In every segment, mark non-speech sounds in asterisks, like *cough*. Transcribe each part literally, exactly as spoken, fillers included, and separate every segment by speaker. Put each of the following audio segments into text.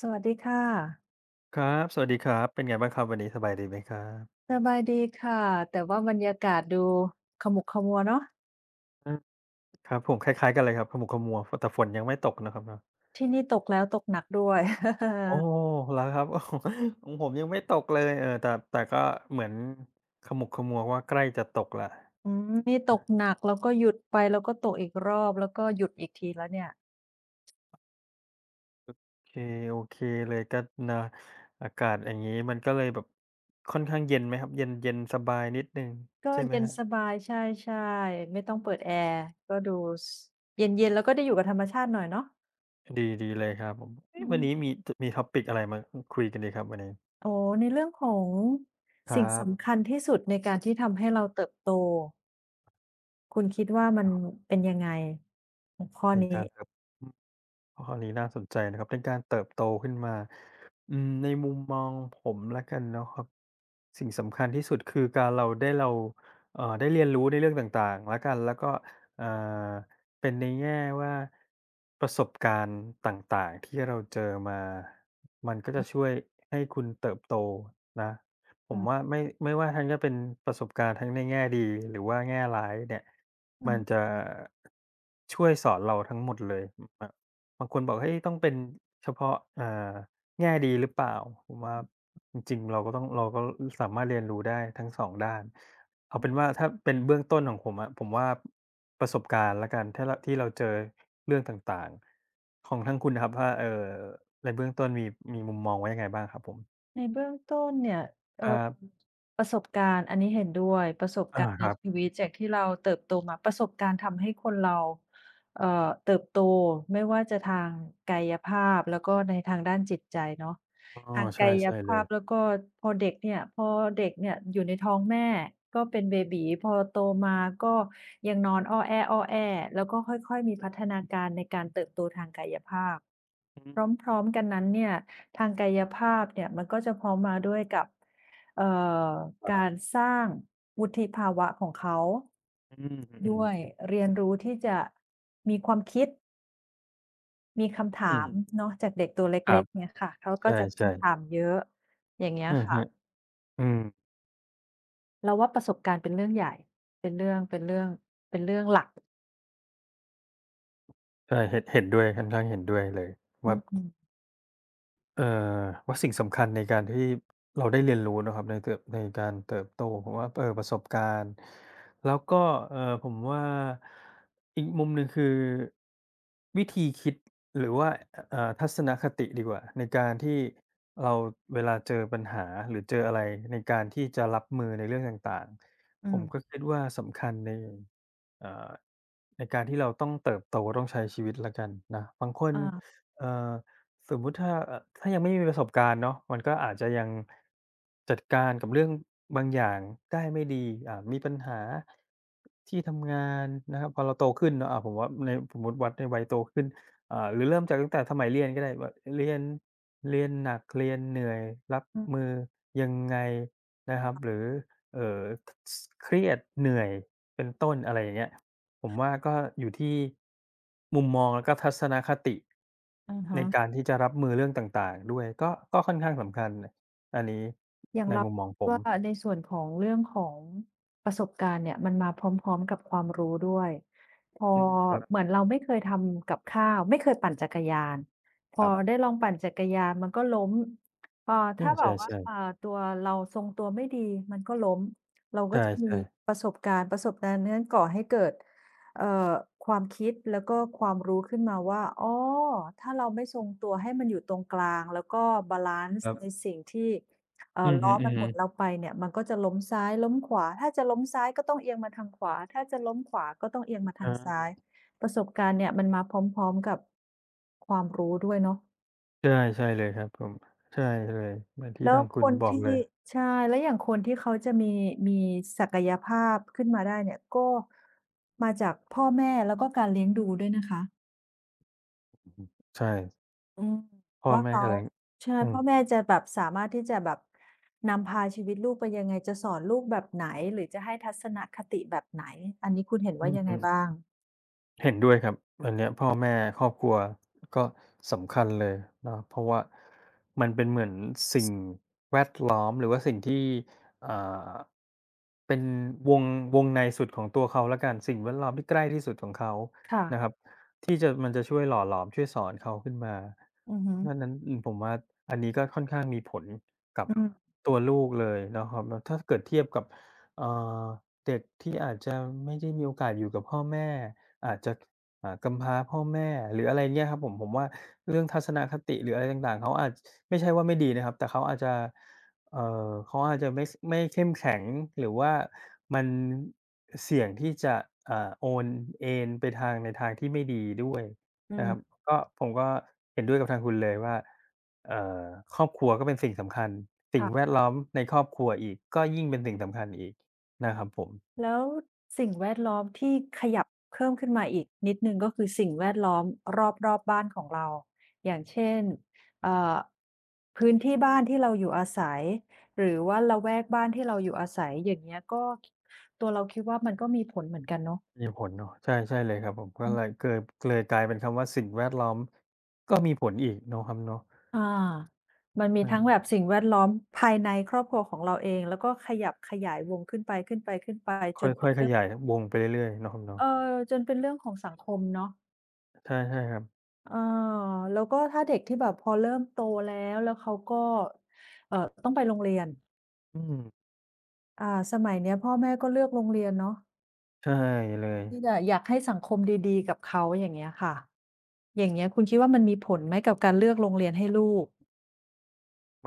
Speaker 1: สวัสดีค่ะ
Speaker 2: ครับสวัสดีครับเป็นไงบ้างครับวันนี้สบายดีไหมครับ
Speaker 1: สบายดีค่ะแต่ว่าบรรยากาศดูขมุกขมัวเนาะ
Speaker 2: อาครับผมคล้ายๆกันเลยครับขมุกขมัวฝแต่ฝนยังไม่ตกนะครับเนาะ
Speaker 1: ที่นี่ตกแล้วตกหนักด้วย *laughs*
Speaker 2: โอ้เหรอครับโอ้โฮ *laughs* ของผมยังไม่ตกเลยเออแต่แต่ก็เหมือนขมุกขมัวว่าใกล้จะตกแล้ว
Speaker 1: อืมนี่ตก
Speaker 2: โ
Speaker 1: หนักแล้วก็หยุดไปแล้วก็ตกอีกรอบแล้วก็หยุดอีกทีแล้วเนี่ย
Speaker 2: อเคโอเคเลยก็นะอากาศอย่างงี้มันก็เลยแบบค่อนข้างเย็นไหมครับเย็นเย็นสบายนิดหนึ่ง
Speaker 1: ก็
Speaker 2: ใช่ไหม
Speaker 1: เย็
Speaker 2: ค
Speaker 1: น
Speaker 2: รั
Speaker 1: ส
Speaker 2: บ
Speaker 1: บายใช่ๆไม่ต้องเปิดแอร์ก็ดูสเย็นๆแล้วก็ได้อยู่กับธรรมชาติหน่อยเนาะ
Speaker 2: ดีดีเลยครับผม
Speaker 1: อื
Speaker 2: เอ๊ะวัน
Speaker 1: ม
Speaker 2: นี้มีจมี topic อะไรมาอคุยกันดีครับวันนี้
Speaker 1: โอ้ในเรื่องของ
Speaker 2: ครั
Speaker 1: สิ่งสำ
Speaker 2: บ
Speaker 1: คัญที่สุดในการที่ทำให้เราเติบโตคุณคิดว่ามัน
Speaker 2: อ้าว
Speaker 1: เป็นยังไงหัวข้อ
Speaker 2: เป็น
Speaker 1: นี้
Speaker 2: การแบบ ข้อนี้น่าสนใจนะครับเป็นการเติบโตขึ้นมาอืมในมุมมองผมล้กันเนาะครับสิ่งสำคัญที่สุดคือการเราได้เราเอ่อได้เรียนรู้ในเรื่องต่างๆและกันแล้วก็เอ่อเป็นในแง่ว่าประสบการณ์ต่างๆที่เราเจอมามันก็จะช่วยให้คุณเติบโตนะผมว่า
Speaker 1: อ
Speaker 2: ไม่ไม่ว่าทั้งจะเป็นประสบการณ์ทั้งในแง่ดีหรือว่าแง่ร้ายเนี่ย
Speaker 1: ื
Speaker 2: มัน
Speaker 1: ม
Speaker 2: จะช่วยสอนเราทั้งหมดเลย บางคนบอกเฮ้ยต้องเป็นเฉพาะอ่าแง่ดีหรือเปล่าผมว่าจริงๆเราก็ต้องเราก็สามารถเรียนรู้ได้ทั้งสองด้านเอาเป็นว่าถ้าเป็นเบื้องต้นของผมอะผมว่าประสบการณ์แล้วกันถ้าเราที่เราเจอเรื่องต่างๆของทางคุณน่ะครับว่าเอ่อในเบื้องต้นมีมีมุมมองว่ายังไงบ้างครับผม
Speaker 1: ในเบื้องต้นเนี่ย
Speaker 2: ค
Speaker 1: เอ่
Speaker 2: รั
Speaker 1: อ
Speaker 2: บ
Speaker 1: ประสบการณ์อันนี้เห็นด้วยประสบ
Speaker 2: อา
Speaker 1: การณ์
Speaker 2: ค
Speaker 1: ใน
Speaker 2: รับ
Speaker 1: ชีวิตจากที่เราเติบโตมาประสบการณ์ทำให้คนเราเอ่อเติบโตไม่ว่าจะทางกายภาพแล้วก็ในทางด้านจิตใจเนาะ
Speaker 2: อ๋อ
Speaker 1: ทาง
Speaker 2: ใช่
Speaker 1: กาย
Speaker 2: ใช่เล
Speaker 1: ภาพ
Speaker 2: ย
Speaker 1: แล้วก็พอเด็กเนี่ยพอเด็กเนี่ยอยู่ในท้องแม่ก็เป็นเบบี๋พอโตมาก็ยังนอนอ้อแอ้ๆแล้วก็ค่อยๆมีพัฒนาการในการเติบโตทางกายภาพ
Speaker 2: อื
Speaker 1: พ
Speaker 2: ม
Speaker 1: ร้อมๆกันนั้นเนี่ย ทางกายภาพเนี่ยมันก็จะพร้อมมาด้วยกับเอ่อ
Speaker 2: ครั
Speaker 1: กา
Speaker 2: บ
Speaker 1: รสร้างวุฒิภาวะของเขา
Speaker 2: อืมอื
Speaker 1: ด้
Speaker 2: อ
Speaker 1: วย
Speaker 2: ๆ
Speaker 1: เรียนรู้ที่จะมีความคิดมีคำ
Speaker 2: อื
Speaker 1: ถา
Speaker 2: ม
Speaker 1: มเนาะจากเด็กตัวเ
Speaker 2: ครั
Speaker 1: ล็
Speaker 2: บ
Speaker 1: กๆเนี่ยค่ะเขาก็จะ
Speaker 2: ใช่
Speaker 1: คำถาม
Speaker 2: ๆ
Speaker 1: เยอะอย่างเงี้ย
Speaker 2: อือฮึ
Speaker 1: ค่ะ
Speaker 2: อืม
Speaker 1: เราว่าประสบการณ์เป็นเรื่องใหญ่เป็นเรื่องเป็นเรื่องเป็นเรื่องหลัก
Speaker 2: ใช่เห็นเห็นด้วยค่อนข้างเห็นด้วยเลยว่า
Speaker 1: อืม
Speaker 2: เอ่อว่าสิ่งสำคัญในการที่เราได้เรียนรู้นะครับในเติบในการเติบโตผมว่าเออประสบการณ์แล้วก็เออผมว่าอีกมุมหนึ่งคือวิธีคิดหรือว่าเอ่อทัศนคติดีกว่าในการที่เราเวลาเจอปัญหาหรือเจออะไรในการที่จะรับมือในเรื่องต่างๆ
Speaker 1: อื
Speaker 2: ผมก็
Speaker 1: ม
Speaker 2: คิดว่าสำคัญในเอ่อในการที่เราต้องเติบโตต้องใช้ชีวิตแล้วกันนะบางคน
Speaker 1: อา
Speaker 2: เอ่อ สมมุติถ้าเอ่อถ้ายังไม่มีประสบการณ์เนาะมันก็อาจจะยังจัดการกับเรื่องบางอย่างได้ไม่ดีอ่ามีปัญหาที่ทำงานนะครับพอเราโตขึ้นเนาะอ่าผมว่าในสมมุติวัดในวัยโตขึ้นอ่าหรือเริ่มจากตั้งแต่สมัยเรียนก็ได้แบบเรียนเรียนหนักเรียนเหนื่อยรับ
Speaker 1: อือ
Speaker 2: มือยังไงนะครับหรือเอ่อสเครียดเหนื่อยเป็นต้นอะไรอย่างเงี้ย ผมว่าก็อยู่ที่มุมมองแล้วก็ทัศนคติ
Speaker 1: อะ
Speaker 2: ใน
Speaker 1: ฮะ
Speaker 2: การที่จะรับมือเรื่องต่างๆด้วยก็ก็ค่อนข้างสำคัญนะอันนี้
Speaker 1: อย่าง
Speaker 2: ใน
Speaker 1: เรา
Speaker 2: มุมมองผม
Speaker 1: ว่าในส่วนของเรื่องของประสบการณ์เนี่ยมันมาพร้อมๆกับความรู้ด้วย พอ
Speaker 2: ครั
Speaker 1: เห
Speaker 2: บ
Speaker 1: มือนเราไม่เคยทำกับข้าวไม่เคยปั่นจักรยานพ
Speaker 2: ค
Speaker 1: อ
Speaker 2: รับ
Speaker 1: ได้ลองปั่นจักรยานมันก็ล้มเอ่อ
Speaker 2: อา
Speaker 1: ถ้าแบ
Speaker 2: ใช
Speaker 1: บว่า
Speaker 2: ่
Speaker 1: อ่า
Speaker 2: ๆ
Speaker 1: ตัวเราทรงตัวไม่ดีมันก็ล้มเราก็จะมี
Speaker 2: ใช่ๆ
Speaker 1: ประสบการณ์ประสบการณ์นั้นก่อให้เกิดเอ่อความคิดแล้วก็ความรู้ขึ้นมาว่าอ๋อถ้าเราไม่ทรงตัวให้มันอยู่ตรงกลางแล้วก็บาลัน
Speaker 2: ค
Speaker 1: ซ์
Speaker 2: รั
Speaker 1: ใน
Speaker 2: บ
Speaker 1: สิ่งที่ เอ่
Speaker 2: อื
Speaker 1: อ
Speaker 2: อฮึ
Speaker 1: ล้อมันหมุนเรา
Speaker 2: ๆ
Speaker 1: ไปเนี่ยมันก็จะล้มซ้ายล้มขวาถ้าจะล้มซ้ายก็ต้องเอียงมาทางขวาถ้าจะล้มขวาก็ต้องเอียงมาทางซ้า
Speaker 2: อา
Speaker 1: ยประสบการณ์เนี่ยมันมาพร้อมๆกับความรู้ด้วยเนาะ
Speaker 2: ใช่ใช่เลยครับผมใช่เลยเหมือนที่
Speaker 1: แล้ว
Speaker 2: ทางคุ
Speaker 1: ค
Speaker 2: ณ
Speaker 1: น
Speaker 2: บอก
Speaker 1: ที่
Speaker 2: เลย
Speaker 1: ใช่แล้วอย่างคนที่เขาจะมีมีศักยภาพขึ้นมาได้เนี่ยก็มาจากพ่อแม่แล้วก็การเลี้ยงดูด้วยนะคะ
Speaker 2: ใช่
Speaker 1: อืม
Speaker 2: พ่อ
Speaker 1: ว่า
Speaker 2: แม่แถ
Speaker 1: เขา
Speaker 2: ลง
Speaker 1: ใช่
Speaker 2: อืม
Speaker 1: พ่อแม่จะแบบสามารถที่จะแบบนำพาชีวิตลูกไปยังไงจะสอนลูกแบบไหนหรือจะให้ทัศนคติแบบไหนอันนี้คุณเห็น
Speaker 2: อื
Speaker 1: ว่า
Speaker 2: อ
Speaker 1: ยัง
Speaker 2: ฮึ
Speaker 1: ไงบ้าง
Speaker 2: เห็นด้วยครับอันเนี้ยพ่อแม่ครอบครัวก็สำคัญเลยเนาะเพราะว่ามันเป็นเหมือนสิ่งแวดล้อมหรือว่าสิ่งที่อ่าเป็นวงวงในสุดของตัวเขาละกันสิ่งแวดล้อมที่ใกล้ที่สุดของเขา
Speaker 1: ค่ะ
Speaker 2: นะครับที่จะมันจะช่วยหล่อหลอมช่วยสอนเขาขึ้นมา
Speaker 1: อือ
Speaker 2: เพ
Speaker 1: ฮึ
Speaker 2: ราะฉะนั้นผมว่าอันนี้ก็ค่อนข้างมีผลกับ
Speaker 1: อืม
Speaker 2: ตัวลูกเลยนะครับแล้วถ้าเกิดเทียบกับเอ่อเด็กที่อาจจะไม่ได้มีโอกาสอยู่กับพ่อแม่ อาจจะอ่ากำพร้าพ่อแม่หรืออะไรเงี้ยครับผมผมว่าเรื่องทัศนคติหรืออะไรต่างๆเขาอาจไม่ใช่ว่าไม่ดีนะครับแต่เขาอาจจะเออเขาอาจจะไม่ไม่เข้มแข็งหรือว่ามันเสี่ยงที่จะอ่าโอนเอนไปทางในทางที่ไม่ดีด้วย
Speaker 1: อื
Speaker 2: นะ
Speaker 1: ม
Speaker 2: ครับก็ผมก็เห็นด้วยกับทางคุณเลยว่าเอ่อครอบครัวก็เป็นสิ่งสำคัญสิ่งแว
Speaker 1: ค่ะ
Speaker 2: ดล้อมในครอบครัวอีกก็ยิ่งเป็นสิ่งสำคัญอีกนะครับผม
Speaker 1: แล้วสิ่งแวดล้อมที่ขยับเพิ่มขึ้นมาอีกนิดหนึ่งก็คือสิ่งแวดล้อมรอบๆบ้านของเราอย่างเช่นเอ่อพื้นที่บ้านที่เราอยู่อาศัยหรือว่าละแวกบ้านที่เราอยู่อาศัยอย่างเงี้ยก็ตัวเราคิดว่ามันก็มีผลเหมือนกันเนาะ
Speaker 2: มีผลเนาะใช่ใช่เลยครับผมก็
Speaker 1: อื
Speaker 2: เลยเกยเลยกลายเป็นคำว่าสิ่งแวดล้อมก็มีผลอีกเนาะครับเนาะ
Speaker 1: ออามันมีทั้งแบ
Speaker 2: ใช่
Speaker 1: บสิ่งแวดล้อมภายในครอบครัวของเราเองแล้วก็ขยับขยายวงขึ้นไปๆๆไปจน
Speaker 2: ค่
Speaker 1: เป็
Speaker 2: อ
Speaker 1: น
Speaker 2: ยๆข
Speaker 1: เรื่อง
Speaker 2: ยายวงไปเรื่อยๆเนาะครับเนาะ
Speaker 1: เออจนเป็นเรื่องของสังคมเนาะ
Speaker 2: ใช่ใช่ครับ
Speaker 1: อาแล้วก็ถ้าเด็กที่แบบพอเริ่มโตแล้วแล้วเขาก็เอ่อต้องไปโรงเรียน
Speaker 2: อืม
Speaker 1: อ่าสมัยเนี้ยพ่อแม่ก็เลือกโรงเรียนเนาะ
Speaker 2: ใช่เลย
Speaker 1: ที่จะอยากให้สังคมดีๆกับเขาอย่างเงี้ยค่ะอย่างเงี้ยคุณคิดว่ามันมีผลไหมกับการเลือกโรงเรียนให้ลูก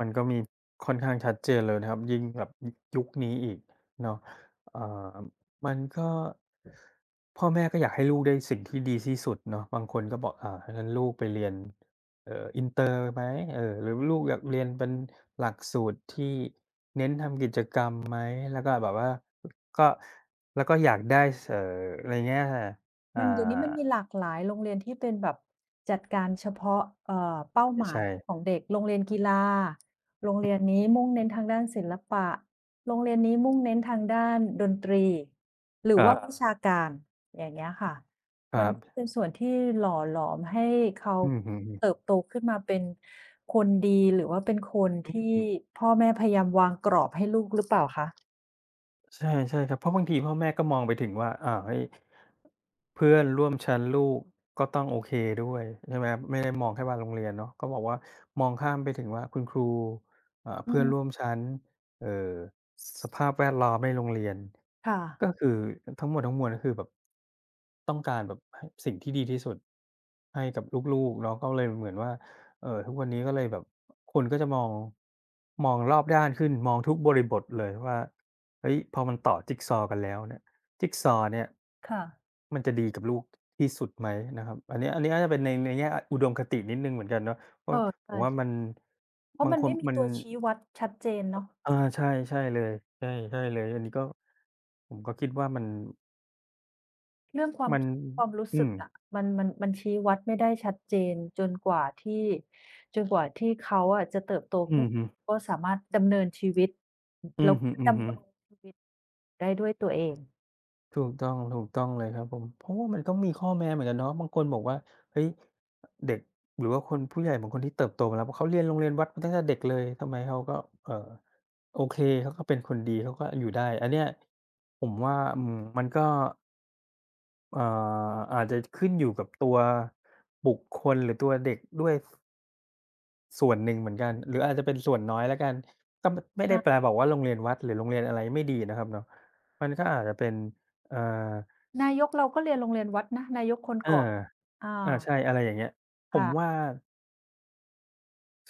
Speaker 2: มันก็มีค่อนข้างชัดเจนเลยนะครับยิ่งแบบยุคนี้อีกเนาะเอ่อมันก็พ่อแม่ก็อยากให้ลูกได้สิ่งที่ดีที่สุดเนาะบางคนก็บอกอ่างั้นลูกไปเรียนเอ่ออินเตอร์ไหมเออหรือลูกอยากเรียนเป็นหลักสูตรที่เน้นทำกิจกรรมไหมแล้วก็แบบว่าก็แล้วก็อยากได้เอ่ออะไรเงี้ยอ่า
Speaker 1: มันเดี๋ยวนี้มันมีหลากหลายโรงเรียนที่เป็นแบบจัดการเฉพาะเอ่อเป้าหมา
Speaker 2: ใช่
Speaker 1: ยของเด็กโรงเรียนกีฬาโรงเรียนนี้มุ่งเน้นทางด้านศิลปะโรงเรียนนี้มุ่งเน้นทางด้านดนตรีหรื
Speaker 2: ค
Speaker 1: อ
Speaker 2: รั
Speaker 1: ว่าครัวิบ
Speaker 2: บ
Speaker 1: ชาการอย่างเงี้ยค่ะมันก็เป็นส่วนที่หล่อหลอมให้เขา
Speaker 2: ๆอืมอม
Speaker 1: เติบโตขึ้นมาเป็นคนดีหรือว่าเป็นคนที่
Speaker 2: อืม
Speaker 1: พ่อแม่พยายามวางกรอบให้ลูกหรือเปล่าคะ
Speaker 2: ใช่ใช่ครับเพราะบางทีพ่อแม่ก็มองไปถึงว่าอ่าเฮ้ยเพื่อนร่วมชั้นลูกก็ต้องโอเคด้วยใช่ไหมครับไม่ได้มองแค่ว่าโรงเรียนเนาะก็บอกว่ามองข้ามไปถึงว่าคุณครูอ่า
Speaker 1: อื
Speaker 2: เพื่อน
Speaker 1: ม
Speaker 2: ร่วมชั้นเอ่อสภาพแวดล้อมในโรงเรียน
Speaker 1: ค่ะ
Speaker 2: ก็คือทั้งหมดทั้งมวลก็คือแบบต้องการแบบให้สิ่งที่ดีที่สุดให้กับลูกๆเนาะก็เลยเหมือนว่า เออทุกวันนี้ก็เลยแบบคนก็จะมองมองรอบด้านขึ้นมองทุกบริบทเลยว่าเฮ้ยพอมันต่อจิกซอว์กันแล้วเนี่ยจิกซอว์เนี่ย
Speaker 1: ค่ะ
Speaker 2: มันจะดีกับลูกที่สุดไหมนะครับอันนี้อันนี้น่าจะเป็นในในแง่อุดมคตินิดหนึ่งเหมือนกันเนาะ
Speaker 1: เอ
Speaker 2: ว่า
Speaker 1: อ
Speaker 2: ผ
Speaker 1: ใช่
Speaker 2: มว่ามัน
Speaker 1: เพราะ
Speaker 2: บาง
Speaker 1: มัน
Speaker 2: คน
Speaker 1: ไม่มี
Speaker 2: มัน
Speaker 1: ตัวชี้วัดชัดเจนเนาะ
Speaker 2: อาใช่ใช่เลยใช่ใช่เลยอันนี้ก็ผมก็คิดว่ามัน
Speaker 1: เรื่องความ
Speaker 2: มัน
Speaker 1: ความรู้
Speaker 2: อื
Speaker 1: สึก
Speaker 2: ม
Speaker 1: อะมันมันมันชี้วัดไม่ได้ชัดเจนจนกว่าที่จนกว่าที่เขาอะจะเติบโต
Speaker 2: อื
Speaker 1: ขึ้น
Speaker 2: อฮึ
Speaker 1: ก็สามารถดำเนินชีวิต
Speaker 2: อื
Speaker 1: แล้ว
Speaker 2: อฮึ
Speaker 1: ก็ดำ
Speaker 2: ๆ
Speaker 1: รงชีวิตได้ด้วยตัวเอง
Speaker 2: ถูกต้องถูกต้องเลยครับผมเพราะว่ามันต้องมีข้อแม้เหมือนกันเนาะบางคนบอกว่าเฮ้ยเด็กหรือว่าคนผู้ใหญ่บางคนที่เติบโตมาแล้วเพราะเขาเรียนโรงเรียนวัดมาตั้งแต่เด็กเลยทำไมเขาก็เอ่อโอเคเขาก็เป็นคนดีเขาก็อยู่ได้อันเนี้ยผมว่าอืมมันก็เอ่ออาจจะขึ้นอยู่กับตัวบุคคลหรือตัวเด็กด้วยสส่วนหนึ่งเหมือนกันหรืออาจจะเป็นส่วนน้อยแล้วกันก็มไม่ได้
Speaker 1: อา
Speaker 2: แปลบอกว่าโรงเรียนวัดหรือโรงเรียนอะไรไม่ดีนะครับเนาะมันก็อาจจะเป็นเอ่อ
Speaker 1: นายกเราก็เรียนโรงเรียนวัดนะนายกคน
Speaker 2: เออ
Speaker 1: ก่อนอ
Speaker 2: อา
Speaker 1: า
Speaker 2: ใช่อะไรอย่างเงี้ยผมว่า
Speaker 1: ค่ะ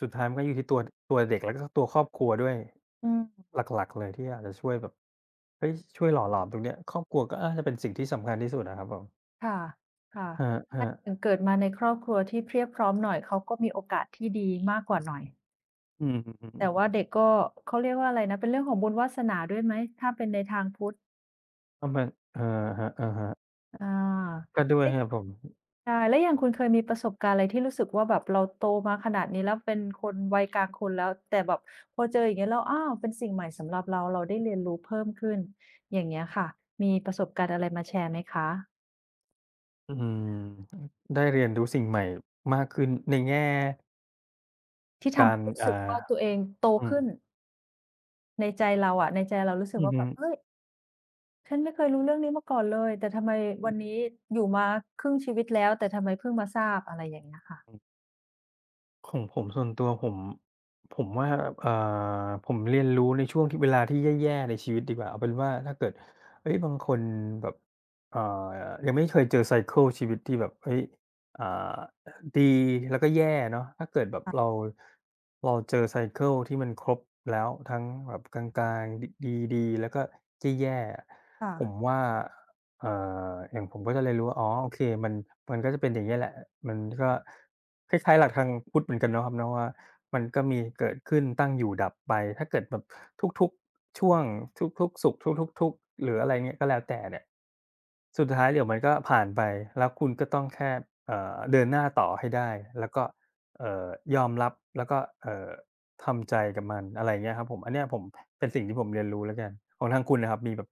Speaker 2: สุดท้ายมันก็อยู่ที่ตัวตัวเด็กแล้วก็ตัวครอบครัวด้วย
Speaker 1: อืม
Speaker 2: หลักๆเลยที่อาจจะช่วยแบบเฮ้ยช่วยหล่อหลอมตรงเนี้ยครอบครัวก็น่าจะเป็นสิ่งที่สำคัญที่สุดอะครับผม
Speaker 1: ค่ะค่ะ
Speaker 2: ครั
Speaker 1: ถ้าถึ
Speaker 2: บ
Speaker 1: ง
Speaker 2: ๆ
Speaker 1: เกิดมาในครอบครัวที่เพรียบพร้อมหน่อยเขาก็มีโอกาสที่ดีมากกว่าหน่อย
Speaker 2: อืม
Speaker 1: แต่ว่า
Speaker 2: ๆ
Speaker 1: เด็กก็เขาเรียกว่าอะไรนะเป็นเรื่องของบุญวาสนาด้วยไหมถ้าเป็นในทางพุทธ
Speaker 2: ๆก็มันอะฮะ
Speaker 1: อา
Speaker 2: ๆก็ด้วย
Speaker 1: เอ๊ะ
Speaker 2: ครับผม
Speaker 1: ใช่แล้วอย่างคุณเคยมีประสบการณ์อะไรที่รู้สึกว่าแบบเราโตมาขนาดนี้แล้วเป็นคนวัยกลางคนแล้วแต่แบบพอเจออย่างเงี้ยแล้วอ้าวเป็นสิ่งใหม่สำหรับเราเราได้เรียนรู้เพิ่มขึ้นอย่างเงี้ยค่ะมีประสบการณ์อะไรมาแชร์ไหมคะ
Speaker 2: อืมได้เรียนรู้สิ่งใหม่มากขึ้นในแง่
Speaker 1: ที่ทำ
Speaker 2: การ
Speaker 1: ให้รู้สึก
Speaker 2: อ่า
Speaker 1: ว่าตัวเองโต
Speaker 2: อื
Speaker 1: ขึ้น
Speaker 2: ม
Speaker 1: ในใจเราอะในใจเรารู้สึก
Speaker 2: อือ
Speaker 1: ว่า
Speaker 2: ฮึ
Speaker 1: แบบเฮ้ย ฉันไม่เคยรู้เรื่องนี้มาก่อนเลยแต่ทำไมวันนี้อยู่มาครึ่งชีวิตแล้วแต่ทำไมเพิ่งมาทราบอะไรอย่างเงี้ยค่ะ
Speaker 2: ของผมส่วนตัวผมผมว่าเอ่อผมเรียนรู้ในช่วงที่เวลาที่แย่ๆในชีวิตดีกว่าเอาเป็นว่าถ้าเกิดเฮ้ยบางคนแบบเอ่อยังไม่เคยเจอไซเกิลชีวิตที่แบบเฮ้ยอ่าดีแล้วก็แย่เนาะถ้าเกิดแบบเราเราเจอไซเกิลที่มันครบแล้วทั้งแบบกลางๆดดีๆแล้วก็แย่ๆผม
Speaker 1: ค่ะ
Speaker 2: ว่า เอ่ออย่างผมก็จะเลยรู้ว่าอ๋อโอเคมันมันก็จะเป็นอย่างเงี้ยแหละมันก็คล้ายๆหลักทางพุทธเหมือนกันเนาะครับเนาะว่ามันก็มีเกิดขึ้นตั้งอยู่ดับไปถ้าเกิดแบบทุกๆช่วงทุกๆสุขทุกๆทุกข์หรืออะไรเงี้ยก็แล้วแต่เนี่ยสุดท้ายเดี๋ยวมันก็ผ่านไปแล้วคุณก็ต้องแค่เอ่อเดินหน้าต่อให้ได้แล้วก็เอ่อยอมรับแล้วก็เอ่อทำใจกับมันอะไรอย่างเงี้ยครับผมอันเนี้ยผมเป็นสิ่งที่ผมเรียนรู้แล้วกันของทางคุณน่ะครับมีแบบ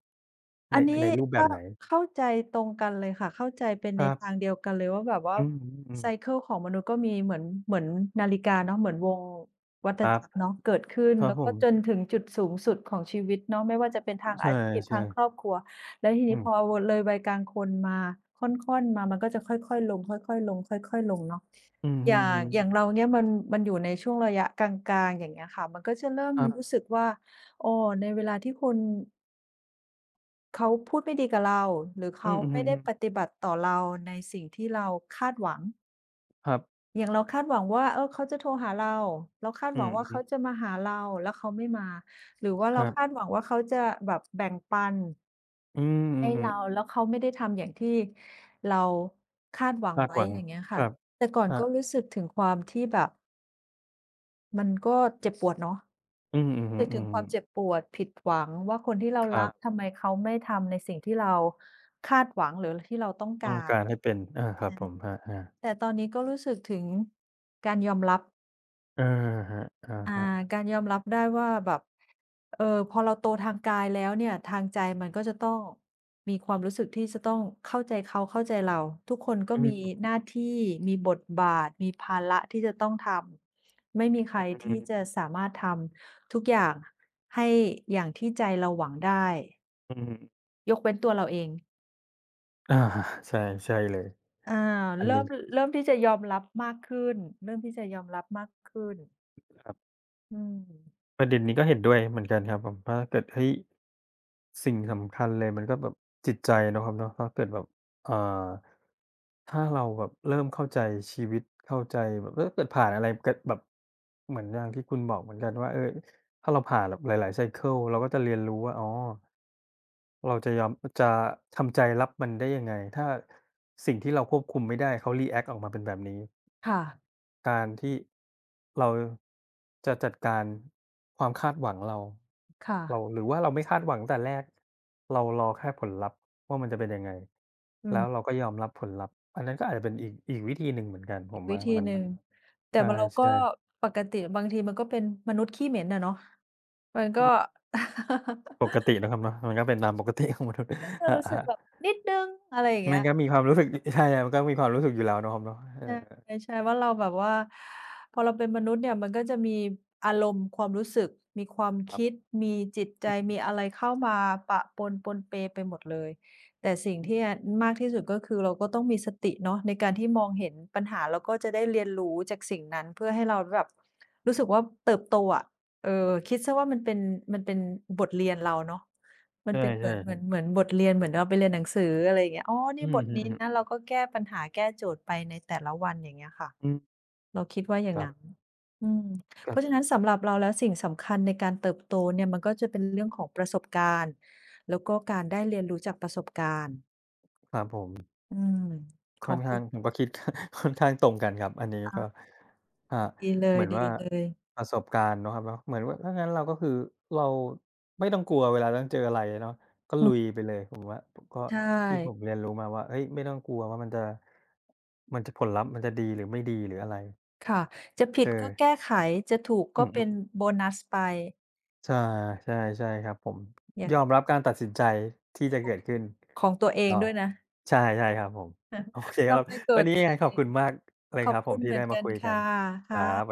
Speaker 2: ใน
Speaker 1: อันนี้
Speaker 2: ในรูป
Speaker 1: ก
Speaker 2: แบ
Speaker 1: เ็
Speaker 2: บไหน
Speaker 1: เข้าใจตรงกันเลยค่ะเข้าใจเป็น
Speaker 2: ค
Speaker 1: ใน
Speaker 2: รับ
Speaker 1: ทางเดียวกันเลยว่าแบบว่า
Speaker 2: อืมอืม
Speaker 1: ไซเคิลของมนุษย์ก็มีเหมือนเหมือนนาฬิกาเนาะเหมือนวงวั
Speaker 2: ค
Speaker 1: ฏ
Speaker 2: รับ
Speaker 1: จักรเนาะเกิดขึ้น
Speaker 2: ครับ
Speaker 1: แล้ว
Speaker 2: ผ
Speaker 1: ก็
Speaker 2: ม
Speaker 1: จนถึงจุดสูงสุดของชีวิตเนาะไม่ว่าจะเป็นทาง
Speaker 2: ใช่
Speaker 1: อาชีพทางครอบ
Speaker 2: ๆ
Speaker 1: ครัวแล้วที
Speaker 2: อื
Speaker 1: นี้พอ
Speaker 2: ม
Speaker 1: วเลยวัยกลางคนมาค่อนๆมามันก็จะค่อยๆลงค่อยๆลงค่อยๆลงเนาะ
Speaker 2: อือ
Speaker 1: อ
Speaker 2: ฮึ
Speaker 1: ย่างอย่าง
Speaker 2: ๆ
Speaker 1: เราเนี่ยมันมันอยู่ในช่วงระยะกลางๆอย่างเงี้ยค่ะมันก็จะเริ่ม
Speaker 2: ครั
Speaker 1: รู้
Speaker 2: บ
Speaker 1: สึกว่าโอ้อในเวลาที่คุณ เขาพูดไม่ดีกับเราหรือ
Speaker 2: อื
Speaker 1: เขา
Speaker 2: ออือฮึ
Speaker 1: ไม่ได้ป
Speaker 2: ๆ
Speaker 1: ฏิบัติต่อเราในสิ่งที่เราคาดหวัง
Speaker 2: ครับ
Speaker 1: อย่างเราคาดหวังว่าเออเขาจะโทรหาเราเราคาด
Speaker 2: อื
Speaker 1: หวัง
Speaker 2: อ
Speaker 1: ว่า
Speaker 2: ฮึ
Speaker 1: เขาจะมาหาเราแล้วเขาไม่มาหรือว่า
Speaker 2: ค
Speaker 1: เรา
Speaker 2: รั
Speaker 1: คา
Speaker 2: บ
Speaker 1: ดหวังว่าเขาจะแบบแบ่งปัน
Speaker 2: อืมอื
Speaker 1: ให้
Speaker 2: อฮึ
Speaker 1: เราแล้วเขาไม่ได้ทำอย่างที่เราคาดหวัง
Speaker 2: คาดห
Speaker 1: ไว้
Speaker 2: วัง
Speaker 1: อย่างเงี้ย
Speaker 2: ค
Speaker 1: ค่ะ
Speaker 2: รับ
Speaker 1: แต่ก่อน
Speaker 2: ครั
Speaker 1: ก็
Speaker 2: บ
Speaker 1: รู้สึกถึงความที่แบบมันก็เจ็บปวดเนาะ
Speaker 2: อืมอือฮึ
Speaker 1: สื่อถึงความเจ็บ
Speaker 2: ๆ
Speaker 1: ปวดผิดหวังว่าคนที่เรา
Speaker 2: ครั
Speaker 1: รัก
Speaker 2: บ
Speaker 1: ทำไมเขาไม่ทำในสิ่งที่เราคาดหวังหรือที่เราต้อง
Speaker 2: ต้อง
Speaker 1: การ
Speaker 2: การ
Speaker 1: ครับ
Speaker 2: ให้เป็นอาครับ
Speaker 1: อื
Speaker 2: ผ
Speaker 1: ม
Speaker 2: มครับอา
Speaker 1: แต่ตอนนี้ก็รู้สึกถึงการยอมรับ
Speaker 2: อะฮะอะ
Speaker 1: อา
Speaker 2: ฮะ
Speaker 1: การยอมรับได้ว่าแบบเอ่อพอเราโตทางกายแล้วเนี่ยทางใจมันก็จะต้องมีความรู้สึกที่จะต้องเข้าใจเขาเข้าใจเราทุกคนก็
Speaker 2: อื
Speaker 1: มี
Speaker 2: ม
Speaker 1: หน้าที่มีบทบาทมีภาระที่จะต้องทำไม่มีใคร
Speaker 2: อือฮึ
Speaker 1: ที่จะสามารถทำทุกอย่างให้อย่างที่ใจเราหวังได้
Speaker 2: อือฮึ
Speaker 1: ยกเว้นตัวเราเอง
Speaker 2: อาใช่ใช่เลย
Speaker 1: อา
Speaker 2: อัน
Speaker 1: เริ่
Speaker 2: นี้
Speaker 1: มเริ่มที่จะยอมรับมากขึ้นเริ่มที่จะยอมรับมากขึ้น
Speaker 2: ครับ
Speaker 1: อืม
Speaker 2: ประเด็นนี้ก็เห็นด้วยเหมือนกันครับผมถ้าเกิดเฮ้ยสิ่งสำคัญเลยมันก็แบบจิตใจเนาะครับเนาะถ้าเกิดแบบอ่า ถ้าเราแบบเริ่มเข้าใจชีวิตเข้าใจแบบเออเกิดผ่านอะไรเกิดแบบเหมือนอย่างที่คุณบอกเหมือนกันว่าเออถ้าเราผ่านแบบหลายๆไซเกิลเราก็จะเรียนรู้ว่าอ๋อเราจะยอมจะทำใจรับมันได้ยังไงถ้าสิ่งที่เราควบคุมไม่ได้เขารีแอ็กต์ออกมาเป็นแบบนี้
Speaker 1: ค่ะ
Speaker 2: การที่เราจะจัดการความคาดหวังเรา
Speaker 1: ค่ะ
Speaker 2: เราหรือว่าเราไม่คาดหวังแต่แรกเรารอแค่ผลลัพธ์ว่ามันจะเป็นยังไง
Speaker 1: อื
Speaker 2: แล้วเรา
Speaker 1: ม
Speaker 2: ก็ยอมรับผลลัพธ์อันนั้นก็อาจจะเป็นอีกอีกวิธีหนึ่งเหมือนกันผม
Speaker 1: วิ
Speaker 2: ว่า
Speaker 1: ธี
Speaker 2: มัน
Speaker 1: หนึ่งแต่
Speaker 2: ใช
Speaker 1: ว่าเราก็
Speaker 2: ่ๆ
Speaker 1: ปกติบางทีมันก็เป็นมนุษย์ขี้เหม็นอะเนาะมัน
Speaker 2: อื
Speaker 1: ก็
Speaker 2: มปกติ
Speaker 1: *laughs*
Speaker 2: นะครับเนาะมันก็เป็นตามปกติของมนุษย์
Speaker 1: ก็จะ
Speaker 2: *laughs* ค
Speaker 1: รู้สึ
Speaker 2: รั
Speaker 1: ก
Speaker 2: บ
Speaker 1: แบบนิดหนึ่งอะไรอย่าง
Speaker 2: ๆมั
Speaker 1: เงี้
Speaker 2: น
Speaker 1: ย
Speaker 2: ก็มีความรู้สึกใช่ๆมันก็มีความรู้สึกอยู่แล้วเนาะครับเนาะเออ
Speaker 1: ใช่ใช่ว่าเราแบบว่าพอเราเป็นมนุษย์เนี่ยมันก็จะมีอารมณ์ความรู้สึกมีความ
Speaker 2: ครับ
Speaker 1: คิดมีจิตใจ
Speaker 2: อื
Speaker 1: มีอะไรเข้ามาปะปนปนเปไปหมดเลยแต่สิ่ง
Speaker 2: อ
Speaker 1: ที่
Speaker 2: ๆ
Speaker 1: อะมากที่สุดก็คือเราก็ต้องมีสติเนาะในการที่มองเห็นปัญหาแล้วก็จะได้เรียนรู้จากสิ่งนั้นเพื่อให้เราแบบรู้สึกว่าเติบโตอะเออคิดเสียว่ามันเป็นมันเป็นบทเรียนเราเนาะ มัน
Speaker 2: ใช่
Speaker 1: เป็นเหมือน
Speaker 2: ๆค
Speaker 1: เห
Speaker 2: รั
Speaker 1: มือ
Speaker 2: บ
Speaker 1: นเหมือนบทเรียนเหมือนเราไปเรียนหนังสืออะไรอย่างเงี้ยอ๋อ
Speaker 2: อื
Speaker 1: นี่บ
Speaker 2: อ
Speaker 1: ท
Speaker 2: อือ
Speaker 1: นี้นะ
Speaker 2: ๆ
Speaker 1: เราก็แก้ปัญหาแก้โจทย์ไปในแต่ละวันอย่างเงี้ยค่ะ
Speaker 2: อืม
Speaker 1: เราคิดว่าอย่า
Speaker 2: ค
Speaker 1: ง
Speaker 2: รั
Speaker 1: งั้น
Speaker 2: บ
Speaker 1: อืม
Speaker 2: ค
Speaker 1: เพ
Speaker 2: รั
Speaker 1: ราะฉะ
Speaker 2: บ
Speaker 1: นั้นสำหรับเราแล้วสิ่งสำคัญในการเติบโตเนี่ยมันก็จะเป็นเรื่องของประสบการณ์แล้วก็การได้เรียนรู้จากประสบการณ์
Speaker 2: ครับผม
Speaker 1: อืมข
Speaker 2: ค่
Speaker 1: อ
Speaker 2: อน
Speaker 1: งคุ
Speaker 2: ข้าง
Speaker 1: ณ
Speaker 2: ผมก็คิด *laughs* ค่อนข้างตรงกันครับอันนี้ก็อ่า
Speaker 1: อาดีเล
Speaker 2: เหมื
Speaker 1: ย
Speaker 2: อน
Speaker 1: ดี
Speaker 2: ว่า
Speaker 1: เลย
Speaker 2: ประสบการณ์เนาะครับเนาะเหมือนว่าถ้างั้นเราก็คือเราไม่ต้องกลัวเวลาต้องเจออะไรเนาะก็
Speaker 1: อื
Speaker 2: ลุย
Speaker 1: ม
Speaker 2: ไปเลยผมว่าผมก็
Speaker 1: ใช่
Speaker 2: ที่ผมเรียนรู้มาว่าเฮ้ยไม่ต้องกลัวว่ามันจะมันจะผลลัพธ์มันจะดีหรือไม่ดีหรืออะไร
Speaker 1: ค่ะจะผิ
Speaker 2: เจ
Speaker 1: ด
Speaker 2: อ
Speaker 1: ก็แก้ไขจะถูก
Speaker 2: อื
Speaker 1: ก็เป็
Speaker 2: ม
Speaker 1: นโบนัสไป
Speaker 2: ใช่ใช่ใช่ครับผม
Speaker 1: อย่าง
Speaker 2: ยอมรับการตัดสินใจที่จะเกิดขึ้น
Speaker 1: ของตัวเอ
Speaker 2: อ้
Speaker 1: ง
Speaker 2: อ
Speaker 1: ด้วยนะ
Speaker 2: ใช่ใช่ครับผมโอเค
Speaker 1: ต้
Speaker 2: ค
Speaker 1: อง
Speaker 2: รับ
Speaker 1: ไม่โกร
Speaker 2: วัน
Speaker 1: ธ
Speaker 2: นี้
Speaker 1: ตั
Speaker 2: ยั
Speaker 1: ว
Speaker 2: งไง
Speaker 1: เอ
Speaker 2: ขอบ
Speaker 1: ง
Speaker 2: คุณมากเลย
Speaker 1: ข
Speaker 2: ค
Speaker 1: อบ
Speaker 2: รับผ
Speaker 1: คุ
Speaker 2: ม
Speaker 1: ณ
Speaker 2: ที่
Speaker 1: เหมื
Speaker 2: ได้
Speaker 1: อน
Speaker 2: มา
Speaker 1: กัน
Speaker 2: คุยกั
Speaker 1: ค่ะ
Speaker 2: นครั
Speaker 1: ค่ะ
Speaker 2: บ